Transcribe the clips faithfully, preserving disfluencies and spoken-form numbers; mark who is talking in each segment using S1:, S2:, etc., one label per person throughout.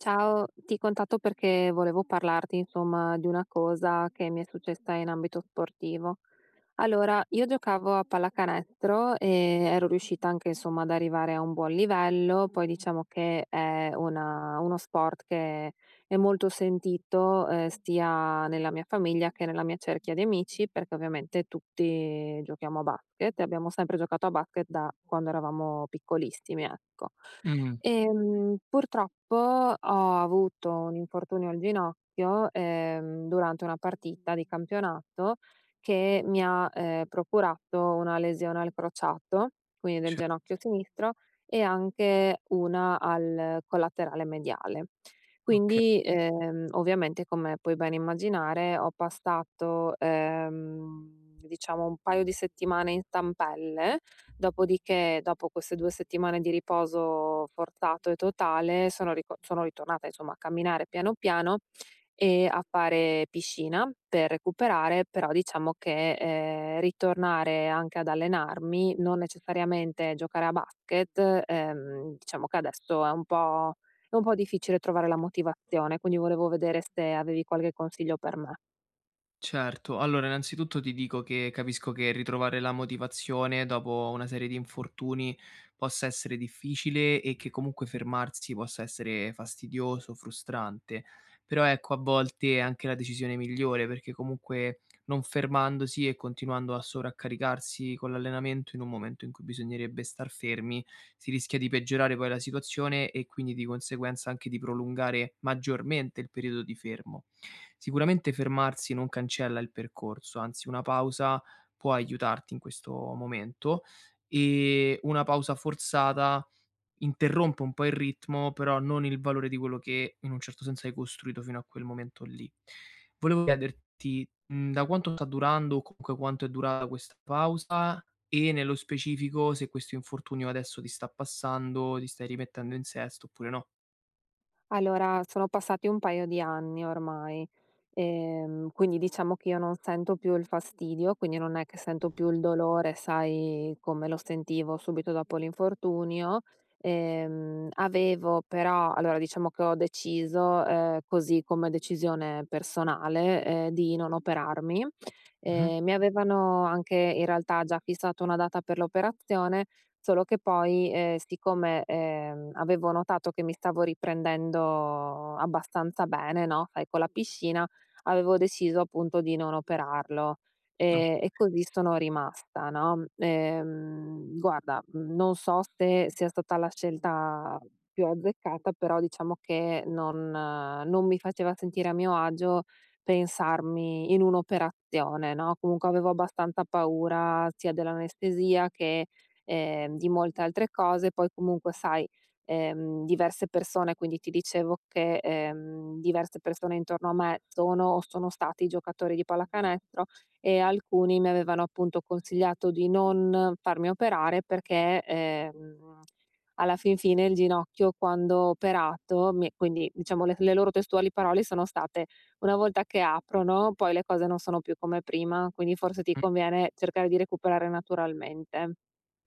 S1: Ciao, ti contatto perché volevo parlarti, insomma, di una cosa che mi è successa in ambito sportivo. Allora, io giocavo a pallacanestro e ero riuscita anche, insomma, ad arrivare a un buon livello. Poi diciamo che è una- uno sport che è molto sentito, eh, sia nella mia famiglia che nella mia cerchia di amici, perché ovviamente tutti giochiamo a basket e abbiamo sempre giocato a basket da quando eravamo piccolissimi, ecco.
S2: Mh,
S1: Ehm, purtroppo ho avuto un infortunio al ginocchio, ehm, durante una partita di campionato che mi ha, ehm, procurato una lesione al crociato, quindi del
S2: ce
S1: ginocchio sinistro, e anche una al collaterale mediale.
S2: okay,
S1: Quindi, ehm, ovviamente come puoi ben immaginare ho passato, ehm, diciamo un paio di settimane in stampelle. Dopodiché, dopo queste due settimane di riposo forzato e totale, sono rico sono ritornata insomma a camminare piano piano e a fare piscina per recuperare, però diciamo che, ehm, ritornare anche ad allenarmi, non necessariamente giocare a basket, ehm, diciamo che adesso è un po' è un po' difficile trovare la motivazione, quindi volevo vedere se avevi qualche consiglio per me.
S2: certo. Allora, innanzitutto ti dico che capisco che ritrovare la motivazione dopo una serie di infortuni possa essere difficile e che comunque fermarsi possa essere fastidioso, frustrante. Però ecco, a volte è anche la decisione migliore, perché comunque non fermandosi e continuando a sovraccaricarsi con l'allenamento in un momento in cui bisognerebbe star fermi, si rischia di peggiorare poi la situazione e quindi di conseguenza anche di prolungare maggiormente il periodo di fermo. Sicuramente fermarsi non cancella il percorso, anzi una pausa può aiutarti in questo momento e una pausa forzata interrompe un po' il ritmo, però non il valore di quello che in un certo senso hai costruito fino a quel momento lì. Volevo chiederti, mhmm, da quanto sta durando o comunque quanto è durata questa pausa e nello specifico se questo infortunio adesso ti sta passando, ti stai rimettendo in sesto oppure no.
S1: Allora, sono passati un paio di anni ormai, ehm, quindi diciamo che io non sento più il fastidio, quindi non è che sento più il dolore, sai, come lo sentivo subito dopo l'infortunio. Ehm, avevo però, allora diciamo che ho deciso, eh, così come decisione personale, eh, di non operarmi.
S2: Mh-mh.
S1: Ehm, mi avevano anche in realtà già fissato una data per l'operazione, solo che poi, ehm, siccome, ehm, avevo notato che mi stavo riprendendo abbastanza bene, no, sai con la piscina, avevo deciso appunto di non operarlo,
S2: O
S1: ehm, e così sono rimasta, no. Ehm, guarda, mhmm, non so se sia stata la scelta più azzeccata, però diciamo che non eh, non mi faceva sentire a mio agio pensarmi in un'operazione, no, comunque avevo abbastanza paura sia dell'anestesia che, ehm, di molte altre cose. Poi comunque sai, ehm, diverse persone, quindi ti dicevo che, ehm, diverse persone intorno a me sono o sono stati giocatori di pallacanestro e alcuni mi avevano appunto consigliato di non farmi operare perché, ehm, alla fin fine il ginocchio quando operato mi quindi diciamo le le loro testuali parole sono state: una volta che aprono, poi le cose non sono più come prima, quindi forse ti conviene cercare di recuperare naturalmente.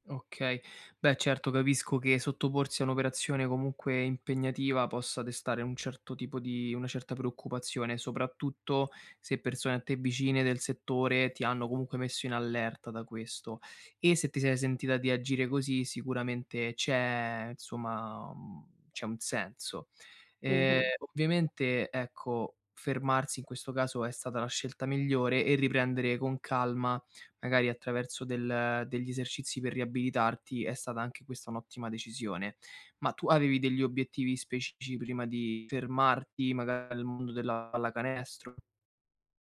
S2: Okay. Beh, certo, capisco che sottoporsi a un'operazione comunque impegnativa possa destare un certo tipo di una certa preoccupazione, soprattutto se persone a te vicine del settore ti hanno comunque messo in allerta da questo. E se ti sei sentita di agire così, sicuramente c'è insomma, mhmm, c'è un senso. Ehm,
S1: Mh-mh.
S2: ovviamente, ecco, fermarsi in questo caso è stata la scelta migliore e riprendere con calma. Magari attraverso del degli esercizi per riabilitarti, è stata anche questa un'ottima decisione. Ma tu avevi degli obiettivi specifici prima di fermarti, magari al mondo della pallacanestro?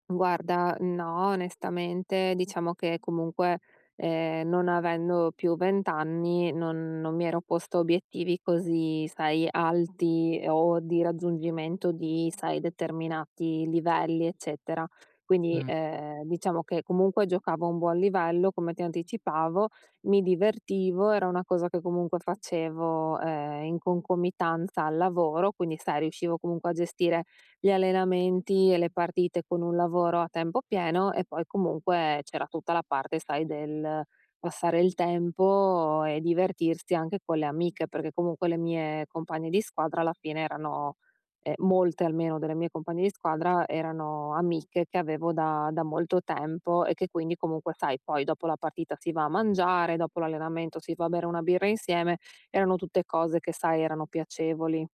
S1: Guarda, no, onestamente diciamo che comunque, ehm, non avendo più venti anni non non mi ero posta obiettivi così, sai, alti o di raggiungimento di, sai, determinati livelli, eccetera. Quindi,
S2: Mh.
S1: ehm, diciamo che comunque giocavo a un buon livello, come ti anticipavo, mi divertivo, era una cosa che comunque facevo, ehm, in concomitanza al lavoro, quindi sai riuscivo comunque a gestire gli allenamenti e le partite con un lavoro a tempo pieno e poi comunque c'era tutta la parte, sai, del passare il tempo e divertirsi anche con le amiche, perché comunque le mie compagne di squadra alla fine erano ehm, molte almeno delle mie compagne di squadra erano amiche che avevo da da molto tempo e che quindi comunque, sai, poi dopo la partita si va a mangiare, dopo l'allenamento si va a bere una birra insieme, erano tutte cose che, sai, erano piacevoli.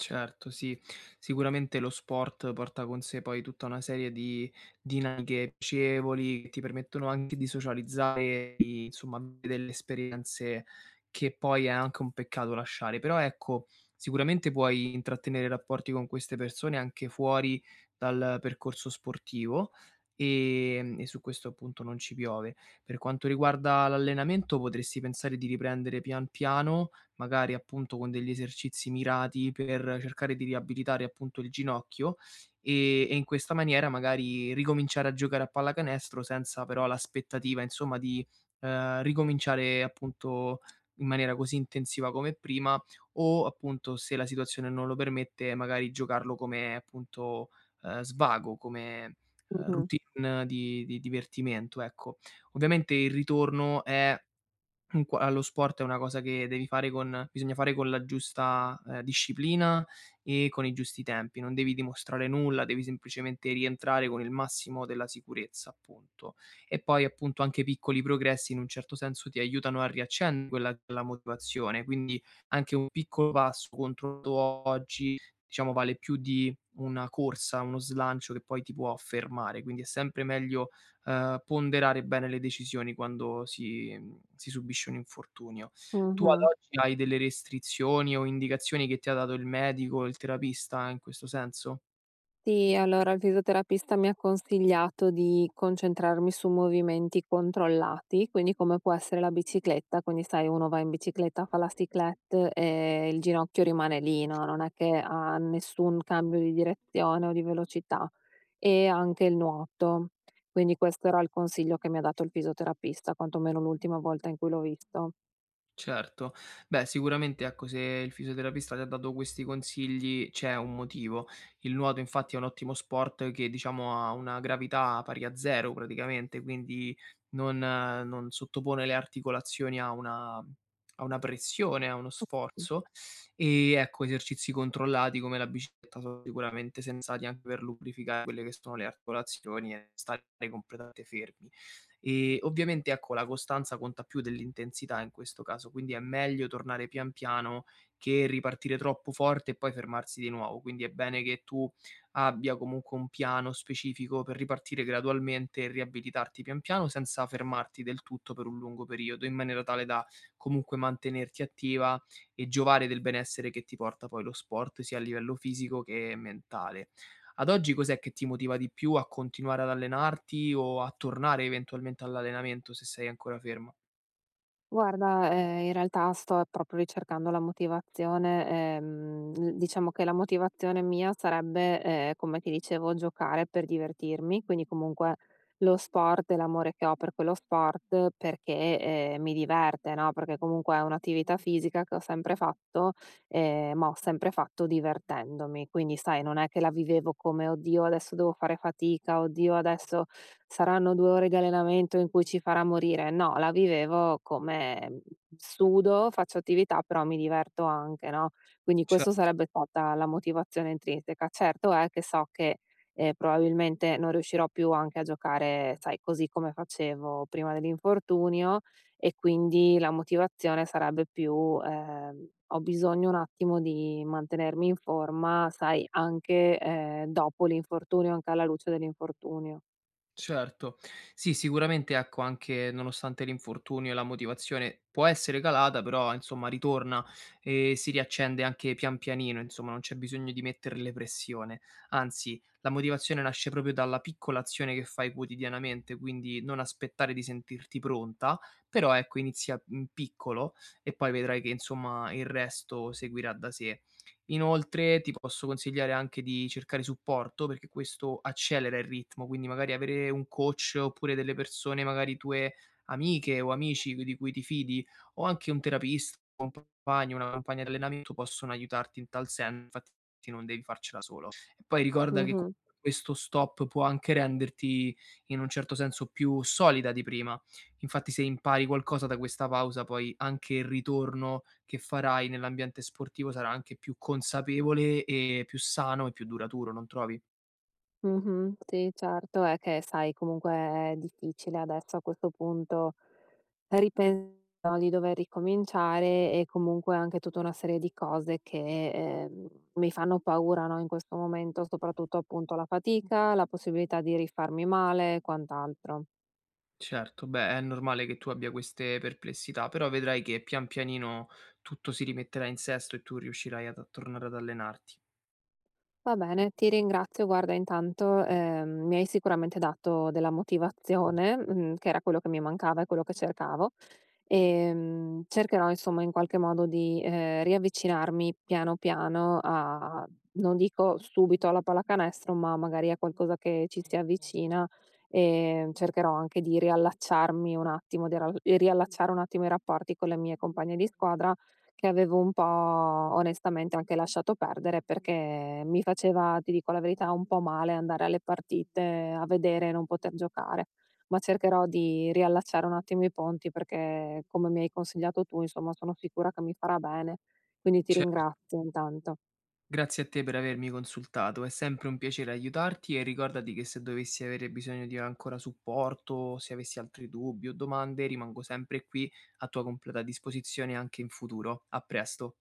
S2: Certo, sì. Sicuramente lo sport porta con sé poi tutta una serie di dinamiche piacevoli che ti permettono anche di socializzare, di, insomma, avere delle esperienze che poi è anche un peccato lasciare. Però ecco, sicuramente puoi intrattenere rapporti con queste persone anche fuori dal percorso sportivo e, e su questo appunto non ci piove. Per quanto riguarda l'allenamento, potresti pensare di riprendere pian piano magari appunto con degli esercizi mirati per cercare di riabilitare appunto il ginocchio e e in questa maniera magari ricominciare a giocare a pallacanestro senza però l'aspettativa insomma di, ehm, ricominciare appunto in maniera così intensiva come prima o appunto se la situazione non lo permette magari giocarlo come appunto, ehm, svago, come, ehm,
S1: Mh-mh.
S2: routine di di divertimento, ecco. Ovviamente il ritorno è Mhmm, qua allo sport è una cosa che devi fare con bisogna fare con la giusta, ehm, disciplina e con i giusti tempi. Non devi dimostrare nulla, devi semplicemente rientrare con il massimo della sicurezza, appunto. E poi, appunto, anche piccoli progressi in un certo senso ti aiutano a riaccendere quella che è la motivazione, quindi anche un piccolo passo contro oggi, diciamo, vale più di una corsa, uno slancio che poi ti può fermare, quindi è sempre meglio ehm, ponderare bene le decisioni quando si mhmm, si subisce un infortunio. Tu ad
S1: Mh-mh.
S2: oggi hai delle restrizioni o indicazioni che ti ha dato il medico, il terapista in questo senso?
S1: Sì, allora il fisioterapista mi ha consigliato di concentrarmi su movimenti controllati, quindi come può essere la bicicletta, quindi sai uno va in bicicletta, fa la cyclette e il ginocchio rimane lì, no, non è che ha nessun cambio di direzione o di velocità e anche il nuoto. Quindi questo era il consiglio che mi ha dato il fisioterapista, quantomeno l'ultima volta in cui l'ho visto.
S2: Certo. Beh, sicuramente ecco, se il fisioterapista ti ha dato questi consigli c'è un motivo. Il nuoto infatti è un ottimo sport che diciamo ha una gravità pari a zero praticamente, quindi non ehm, non sottopone le articolazioni a una a una pressione, a uno sforzo. E ecco, esercizi controllati come la bicicletta sono sicuramente sensati anche per lubrificare quelle che sono le articolazioni e stare completamente fermi. Ehm, ovviamente ecco la costanza conta più dell'intensità in questo caso, quindi è meglio tornare pian piano che ripartire troppo forte e poi fermarsi di nuovo. Quindi è bene che tu abbia comunque un piano specifico per ripartire gradualmente e riabilitarti pian piano senza fermarti del tutto per un lungo periodo, in maniera tale da comunque mantenerti attiva e giovare del benessere che ti porta poi lo sport, sia a livello fisico che mentale. Ad oggi cos'è che ti motiva di più a continuare ad allenarti o a tornare eventualmente all'allenamento se sei ancora ferma?
S1: Guarda, ehm, in realtà sto proprio ricercando la motivazione, ehm, l diciamo che la motivazione mia sarebbe, ehm, come ti dicevo, giocare per divertirmi, quindi comunque lo sport e l'amore che ho per quello sport perché, ehm, mi diverte, no, perché comunque è un'attività fisica che ho sempre fatto ehm, ma ho sempre fatto divertendomi. Quindi sai, non è che la vivevo come: "Oddio adesso devo fare fatica, oddio adesso saranno due ore di allenamento in cui ci farà morire." No, la vivevo come, mhmm, sudo, faccio attività, però mi diverto anche, no, quindi
S2: Cer
S1: questo sarebbe stata la motivazione intrinseca. Certo è che so che, ehm, probabilmente non riuscirò più anche a giocare, sai, così come facevo prima dell'infortunio e quindi la motivazione sarebbe più, ehm: "Ho bisogno un attimo di mantenermi in forma", sai, anche, ehm, dopo l'infortunio, anche alla luce dell'infortunio.
S2: Certo. Sì, sicuramente ecco anche nonostante l'infortunio e la motivazione può essere calata, però insomma ritorna e si riaccende anche pian pianino, insomma non c'è bisogno di metterle pressione. Anzi, la motivazione nasce proprio dalla piccola azione che fai quotidianamente, quindi non aspettare di sentirti pronta, però ecco inizia in piccolo e poi vedrai che insomma il resto seguirà da sé. Inoltre ti posso consigliare anche di cercare supporto, perché questo accelera il ritmo, quindi magari avere un coach oppure delle persone magari tue amiche o amici di cui ti fidi o anche un terapista. Compagni, una compagna di allenamento possono aiutarti in tal sen infatti non devi farcela solo. E poi ricorda che
S1: Mh-mh,
S2: comunque questo stop può anche renderti in un certo senso più solida di prima. Infatti se impari qualcosa da questa pausa, poi anche il ritorno che farai nell'ambiente sportivo sarà anche più consapevole e più sano e più duraturo, non trovi?
S1: mh-mh. Sì, certo, è che sai comunque è difficile adesso a questo punto ripen di dover ricominciare e comunque anche tutta una serie di cose che, ehm, mi fanno paura, no, in questo momento, soprattutto appunto la fatica, la possibilità di rifarmi male e quant'altro.
S2: Certo, beh, è normale che tu abbia queste perplessità, però vedrai che pian pianino tutto si rimetterà in sesto e tu riuscirai ad a tornare ad allenarti.
S1: Va bene, ti ringrazio. Guarda, intanto, ehm, mi hai sicuramente dato della motivazione, mhmm, che era quello che mi mancava e quello che cercavo. Ehm, cercherò insomma in qualche modo di, ehm, riavvicinarmi piano piano a non dico subito alla pallacanestro, ma magari a qualcosa che ci si avvicina, ehm, cercherò anche di riallacciarmi un attimo, di ral riallacciare un attimo i rapporti con le mie compagne di squadra che avevo un po' onestamente anche lasciato perdere perché mi faceva, ti dico la verità, un po' male andare alle partite a vedere e non poter giocare, ma cercherò di riallacciare un attimo i ponti perché, come mi hai consigliato tu, insomma, sono sicura che mi farà bene. Quindi ti
S2: Cer
S1: ringrazio intanto.
S2: Grazie a te per avermi consultato, è sempre un piacere aiutarti e ricordati che se dovessi avere bisogno di ancora supporto, se avessi altri dubbi o domande, rimango sempre qui a tua completa disposizione anche in futuro. A presto.